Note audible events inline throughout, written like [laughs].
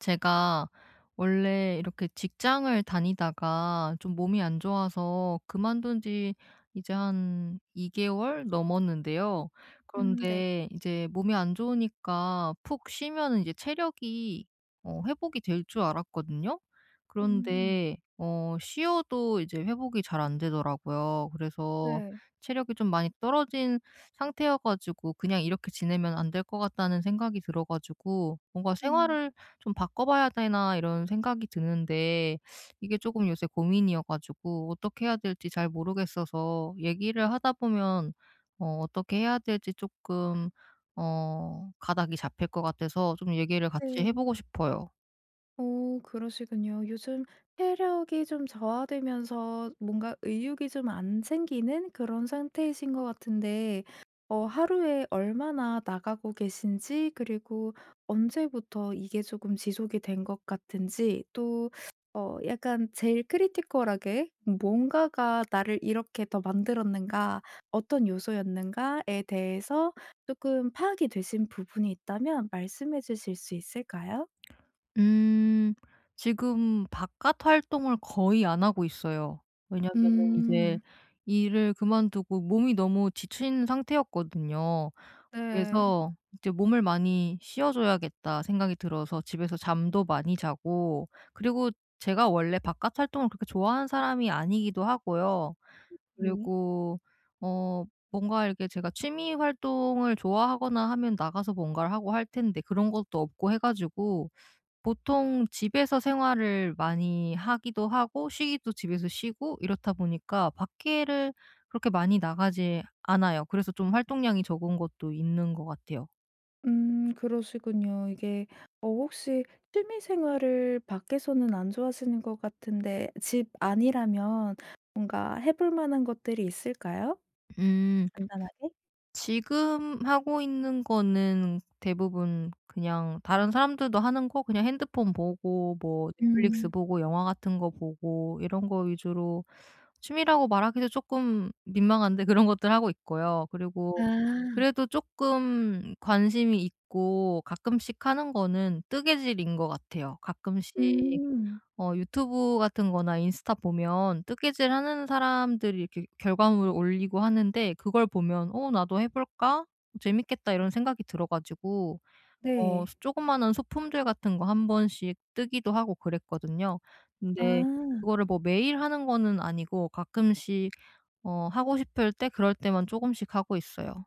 제가 원래 이렇게 직장을 다니다가 좀 몸이 안 좋아서 그만둔 지 이제 한 2개월 넘었는데요. 네. 그런데 이제 몸이 안 좋으니까 푹 쉬면은 이제 체력이 회복이 될 줄 알았거든요. 음. 그런데 쉬어도 이제 회복이 잘 안 되더라고요. 그래서 네. 체력이 좀 많이 떨어진 상태여 가지고 그냥 이렇게 지내면 안될 것 같다는 생각이 들어 가지고, 뭔가 음. 생활을 좀 바꿔봐야 되나 이런 생각이 드는데, 이게 조금 요새 고민이어 가지고 어떻게 해야 될지 잘 모르겠어서, 얘기를 하다 보면 어떻게 해야 될지 조금 가닥이 잡힐 것 같아서 좀 얘기를 같이 해 네. 보고 싶어요. 오, 그러시군요. 요즘 체력이 좀 저하되면서 뭔가 의욕이 좀 안 생기는 그런 상태이신 것 같은데, 어, 하루에 얼마나 나가고 계신지, 그리고 언제부터 이게 조금 지속이 된 것 같은지, 또, 어, 약간 제일 크리티컬하게 뭔가가 나를 이렇게 더 만들었는가, 어떤 요소였는가에 대해서 조금 파악이 되신 부분이 있다면 말씀해 주실 수 있을까요? 음 지금 바깥 활동을 거의 안 하고 있어요. 왜냐면은 이제 음. 일을 그만두고 몸이 너무 지친 상태였거든요. 네. 그래서 이제 '몸을 많이 쉬어 줘야겠다.' 생각이 들어서 집에서 잠도 많이 자고, 그리고 제가 원래 바깥 활동을 그렇게 좋아하는 사람이 아니기도 하고요. 네. 그리고 어 뭔가 이렇게 제가 취미 활동을 좋아하거나 하면 나가서 뭔가를 하고 할 텐데, 그런 것도 없고 해 가지고 보통 집에서 생활을 많이 하기도 하고, 쉬기도 집에서 쉬고 이렇다 보니까 밖에를 그렇게 많이 나가지 않아요. 그래서 좀 활동량이 적은 것도 있는 것 같아요. 그러시군요. 이게 어, 혹시 취미 생활을 밖에서는 안 좋아하시는 것 같은데, 집 아니라면 뭔가 해볼 만한 것들이 있을까요? 음. 간단하게? 지금 하고 있는 거는 대부분 그냥 다른 사람들도 하는 거, 그냥 핸드폰 보고 뭐 넷플릭스 음. 보고 영화 같은 거 보고 이런 거 위주로, 취미라고 말하기도 조금 민망한데 [laughs] 그런 것들 하고 있고요. 그리고 아. 그래도 조금 관심이 있고 가끔씩 하는 거는 뜨개질인 것 같아요. 가끔씩 음. 유튜브 같은 거나 인스타 보면 뜨개질 하는 사람들이 이렇게 결과물을 올리고 하는데, 그걸 보면 '어 나도 해 볼까? 재밌겠다.' 이런 생각이 들어 가지고 네. 조그마한 소품들 같은 거 한 번씩 뜨기도 하고 그랬거든요. 근데 아. 그거를 뭐 매일 하는 거는 아니고, 가끔씩 하고 싶을 때 그럴 때만 조금씩 하고 있어요.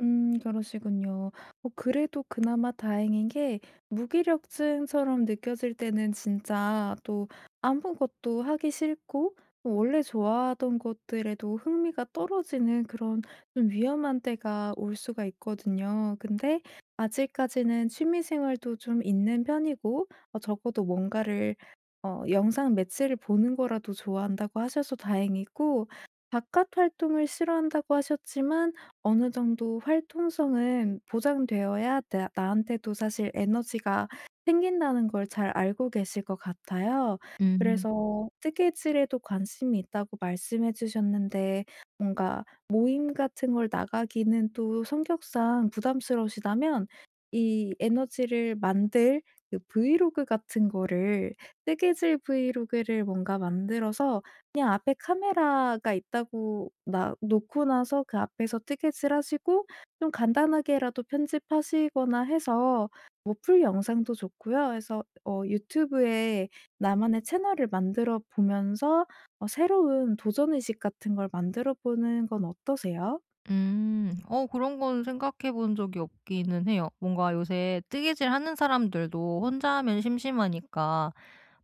그러시군요. 어, 그래도 그나마 다행인 게, 무기력증처럼 느껴질 때는 진짜 또 아무것도 하기 싫고, 또 원래 좋아하던 것들에도 흥미가 떨어지는 그런 좀 위험한 때가 올 수가 있거든요. 근데 아직까지는 취미 생활도 좀 있는 편이고, 어, 적어도 뭔가를, 어, 영상 매체를 보는 거라도 좋아한다고 하셔서 다행이고, 바깥 활동을 싫어한다고 하셨지만 어느 정도 활동성은 보장되어야 나 나한테도 사실 에너지가 생긴다는 걸 잘 알고 계실 것 같아요. 음. 그래서 뜨개질에도 관심이 있다고 말씀해 주셨는데, 뭔가 모임 같은 걸 나가기는 또 성격상 부담스러우시다면, 이 에너지를 만들 그 브이로그 같은 거를, 뜨개질 브이로그를 뭔가 만들어서, 그냥 앞에 카메라가 있다고 나 놓고 나서 그 앞에서 티켓을 하시고, 좀 간단하게라도 편집하시거나 해서, 뭐 풀 영상도 좋고요. 그래서 어, 유튜브에 나만의 채널을 만들어 보면서 어, 새로운 도전 의식 같은 걸 만들어 보는 건 어떠세요? 음. 그런 건 생각해 본 적이 없기는 해요. 뭔가 요새 뜨개질하는 사람들도 혼자 하면 심심하니까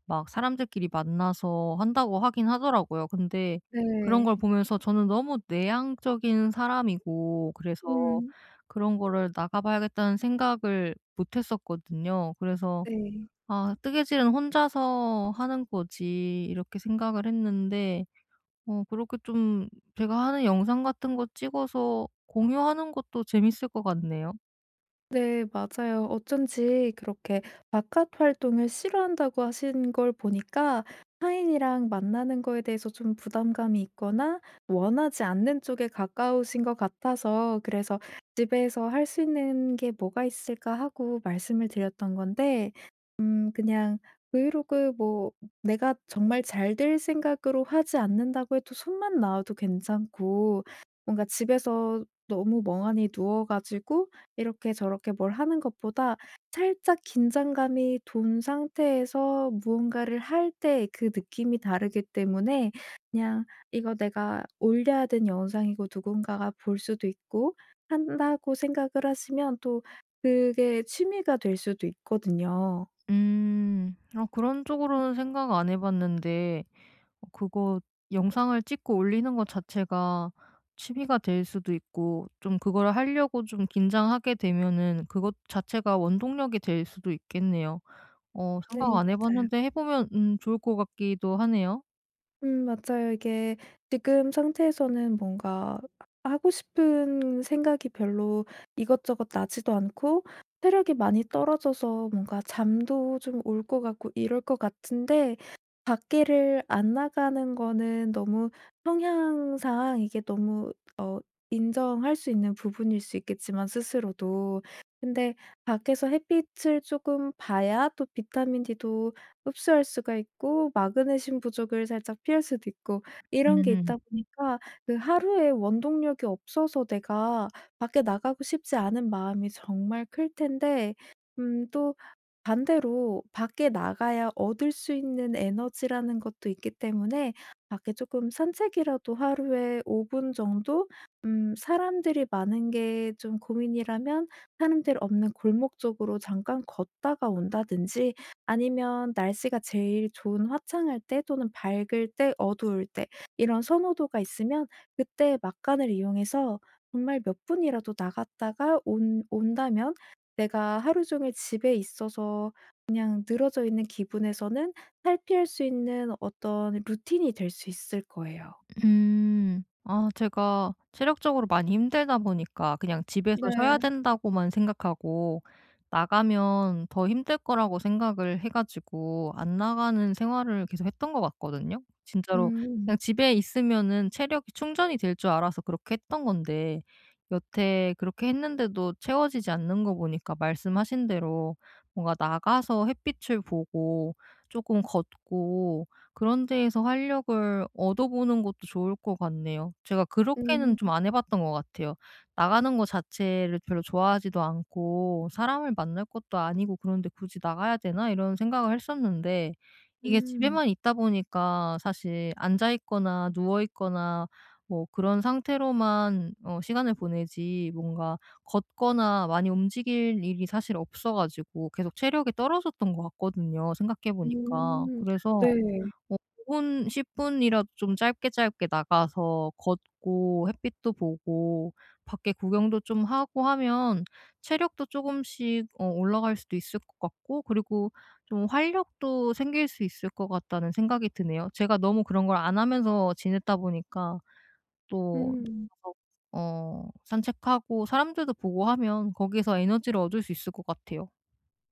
막 사람들끼리 만나서 한다고 하긴 하더라고요. 근데 그런 네. 걸 보면서 저는 너무 내향적인 사람이고, 그래서 음. 그런 거를 나가 봐야겠다는 생각을 못 했었거든요. 그래서 네. '아 뜨개질은 혼자서 하는 거지.' 이렇게 생각을 했는데, 그렇게 좀 제가 하는 영상 같은 거 찍어서 공유하는 것도 재밌을 것 같네요. 네, 맞아요. 어쩐지 그렇게 바깥 활동을 싫어한다고 하신 걸 보니까 타인이랑 만나는 거에 대해서 좀 부담감이 있거나 원하지 않는 쪽에 가까우신 것 같아서, 그래서 집에서 할 수 있는 게 뭐가 있을까 하고 말씀을 드렸던 건데, 그냥 브이로그 뭐, 내가 정말 잘 될 생각으로 하지 않는다고 해도 손만 나와도 괜찮고, 뭔가 집에서 너무 멍하니 누워가지고 이렇게 저렇게 뭘 하는 것보다 살짝 긴장감이 돈 상태에서 무언가를 할 때 그 느낌이 다르기 때문에, 그냥 이거 내가 올려야 된 영상이고 누군가가 볼 수도 있고 한다고 생각을 하시면, 또 그게 취미가 될 수도 있거든요. 음. 아 그런 쪽으로는 생각 안 해 봤는데, 그거 영상을 찍고 올리는 것 자체가 취미가 될 수도 있고, 좀 그걸 하려고 좀 긴장하게 되면은 그것 자체가 원동력이 될 수도 있겠네요. 생각 네, 안 해 맞아요. 봤는데 해 보면 좋을 것 같기도 하네요. 맞아요. 이게 지금 상태에서는 뭔가 하고 싶은 생각이 별로 이것저것 나지도 않고, 체력이 많이 떨어져서 뭔가 잠도 좀 올 것 같고 이럴 것 같은데, 밖에를 안 나가는 거는 너무 성향상 이게 너무, 어, 인정할 수 있는 부분일 수 있겠지만 스스로도. 근데 밖에서 햇빛을 조금 봐야 또 비타민 D도 흡수할 수가 있고, 마그네슘 부족을 살짝 피할 수도 있고, 이런 게 음. 있다 보니까, 그 하루에 원동력이 없어서 내가 밖에 나가고 싶지 않은 마음이 정말 클 텐데, 또 반대로 밖에 나가야 얻을 수 있는 에너지라는 것도 있기 때문에, 밖에 쪼끔 산책이라도 하루에 5분 정도, 사람들이 많은 게 좀 고민이라면 사람들 없는 골목 쪽으로 잠깐 걷다가 온다든지, 아니면 날씨가 제일 좋은 화창할 때, 또는 밝을 때, 어두울 때, 이런 선호도가 있으면 그때 막간을 이용해서 정말 몇 분이라도 나갔다가 온 온다면 내가 하루 종일 집에 있어서 그냥 늘어져 있는 기분에서는 탈피할 수 있는 어떤 루틴이 될 수 있을 거예요. 음. 아 제가 체력적으로 많이 힘들다 보니까 그냥 집에서 쉬어야 네. 된다고만 생각하고, 나가면 더 힘들 거라고 생각을 해 가지고 안 나가는 생활을 계속 했던 것 같거든요. 진짜로 음. 그냥 집에 있으면은 체력이 충전이 될 줄 알아서 그렇게 했던 건데, 여태 그렇게 했는데도 채워지지 않는 거 보니까 말씀하신 대로, 뭔가 나가서 햇빛을 보고 조금 걷고 그런 데에서 활력을 얻어보는 것도 좋을 것 같네요. 제가 그렇게는 음. 좀 안 해 봤던 것 같아요. 나가는 거 자체를 별로 좋아하지도 않고 '사람을 만날 것도 아니고 그런데 굳이 나가야 되나?' 이런 생각을 했었는데, 이게 음. 집에만 있다 보니까 사실 앉아 있거나 누워 있거나 뭐 그런 상태로만 시간을 보내지, 뭔가 걷거나 많이 움직일 일이 사실 없어 가지고 계속 체력이 떨어졌던 것 같거든요, 생각해 보니까. 음. 그래서 네. 5 분 10 분이라도 좀 짧게 짧게 나가서 걷고 햇빛도 보고 밖에 구경도 좀 하고 하면 체력도 쪼금씩 올라갈 수도 있을 것 같고, 그리고 좀 활력도 생길 수 있을 것 같다는 생각이 드네요. 제가 너무 그런 걸 안 하면서 지냈다 보니까, 또 음. 나가서 산책하고 사람들도 보고 하면 거기에서 에너지를 얻을 수 있을 것 같아요.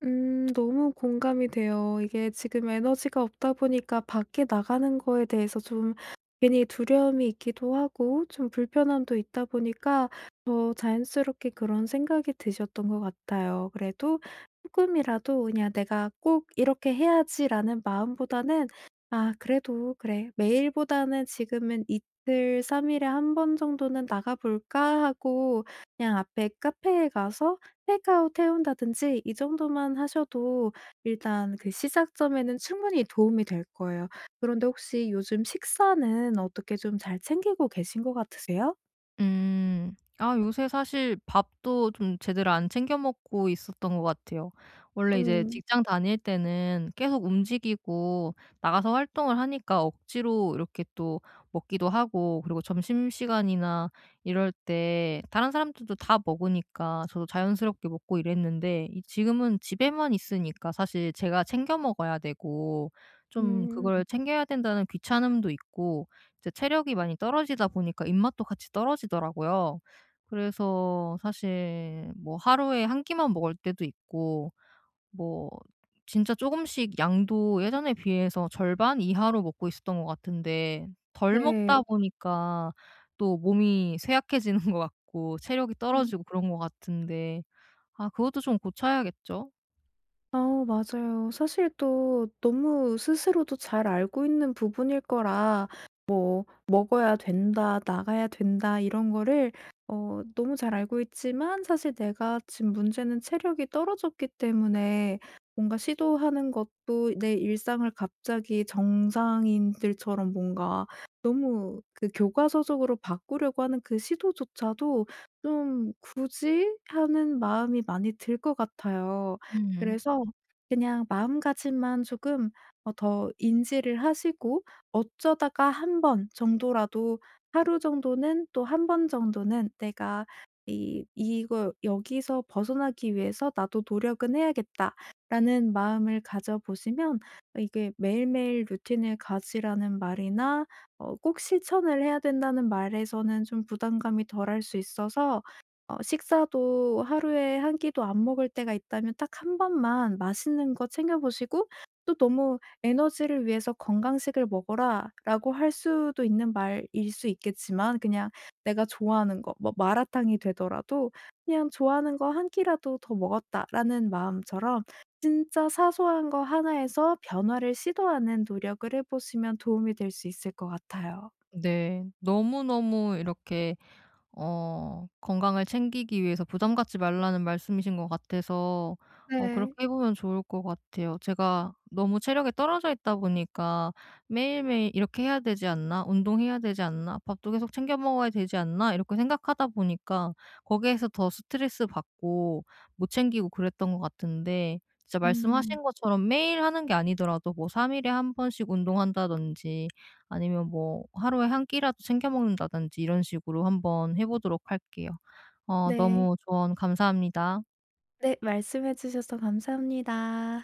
너무 공감이 돼요. 이게 지금 에너지가 없다 보니까 밖에 나가는 거에 대해서 좀 괜히 두려움이 있기도 하고 좀 불편함도 있다 보니까 더 자연스럽게 그런 생각이 드셨던 것 같아요. 그래도 조금이라도, 그냥 '내가 꼭 이렇게 해야지.'라는 마음보다는 '아 그래도 그래, 매일보다는 지금은 이틀 삼 일에 한 번 정도는 나가 볼까?' 하고 그냥 앞에 카페에 가서 테이크아웃 해 온다든지, 이 정도만 하셔도 일단 그 시작점에는 충분히 도움이 될 거예요. 그런데 혹시 요즘 식사는 어떻게 좀 잘 챙기고 계신 것 같으세요? 음. 아 요새 사실 밥도 좀 제대로 안 챙겨 먹고 있었던 것 같아요. 원래 이제 음. 직장 다닐 때는 계속 움직이고 나가서 활동을 하니까 억지로 이렇게 또 먹기도 하고, 그리고 점심시간이나 이럴 때 다른 사람들도 다 먹으니까 저도 자연스럽게 먹고 이랬는데, 이 지금은 집에만 있으니까 사실 제가 챙겨 먹어야 되고, 좀 음. 그걸 챙겨야 된다는 귀찮음도 있고, 이제 체력이 많이 떨어지다 보니까 입맛도 같이 떨어지더라고요. 그래서 사실 뭐 하루에 한 끼만 먹을 때도 있고, 뭐 진짜 조금씩, 양도 예전에 비해서 절반 이하로 먹고 있었던 것 같은데, 덜 먹다 네. 보니까 또 몸이 쇠약해지는 것 같고 체력이 음. 떨어지고 그런 것 같은데, 아 그것도 좀 고쳐야겠죠? 아, 맞아요. 사실 또 너무 스스로도 잘 알고 있는 부분일 거라, 먹어야 된다, 나가야 된다 이런 거를, 어, 너무 잘 알고 있지만, 사실 내가 지금 문제는 체력이 떨어졌기 때문에 뭔가 시도하는 것도, 내 일상을 갑자기 정상인들처럼 뭔가 너무 그 교과서적으로 바꾸려고 하는 그 시도조차도 좀 굳이 하는 마음이 많이 들 것 같아요. 음. 그래서 그냥 마음가짐만 조금, 어, 더 인지를 하시고, 어쩌다가 한 번 정도라도, 하루 정도는, 또 한 번 정도는 내가 이 이거 여기서 벗어나기 위해서 나도 노력은 해야겠다.'라는 마음을 가져 보시면, 이게 매일매일 루틴을 가지라는 말이나, 어, 꼭 실천을 해야 된다는 말에서는 좀 부담감이 덜할 수 있어서, 어, 식사도 하루에 한 끼도 안 먹을 때가 있다면 딱 한 번만 맛있는 거 챙겨 보시고, 또 너무 '에너지를 위해서 건강식을 먹어라.'라고 할 수도 있는 말일 수 있겠지만, 그냥 내가 좋아하는 거, 뭐 마라탕이 되더라도 그냥 '좋아하는 거 한 끼라도 더 먹었다.'라는 마음처럼, 진짜 사소한 거 하나에서 변화를 시도하는 노력을 해 보시면 도움이 될 수 있을 것 같아요. 네. 너무너무 이렇게 건강을 챙기기 위해서 부담 갖지 말라는 말씀이신 것 같아서, 네. 그렇게 해 보면 좋을 것 같아요. 제가 너무 체력이 떨어져 있다 보니까 '매일매일 이렇게 해야 되지 않나? 운동해야 되지 않나? 밥도 계속 챙겨 먹어야 되지 않나?' 이렇게 생각하다 보니까 거기에서 더 스트레스 받고 못 챙기고 그랬던 것 같은데, 진짜 음. 말씀하신 것처럼 매일 하는 게 아니더라도 뭐 3 일에 한 번씩 운동한다든지 아니면 뭐 하루에 한 끼라도 챙겨 먹는다든지 이런 식으로 한번 해 보도록 할게요. 네. 너무 조언 감사합니다. 네, 말씀해 주셔서 감사합니다.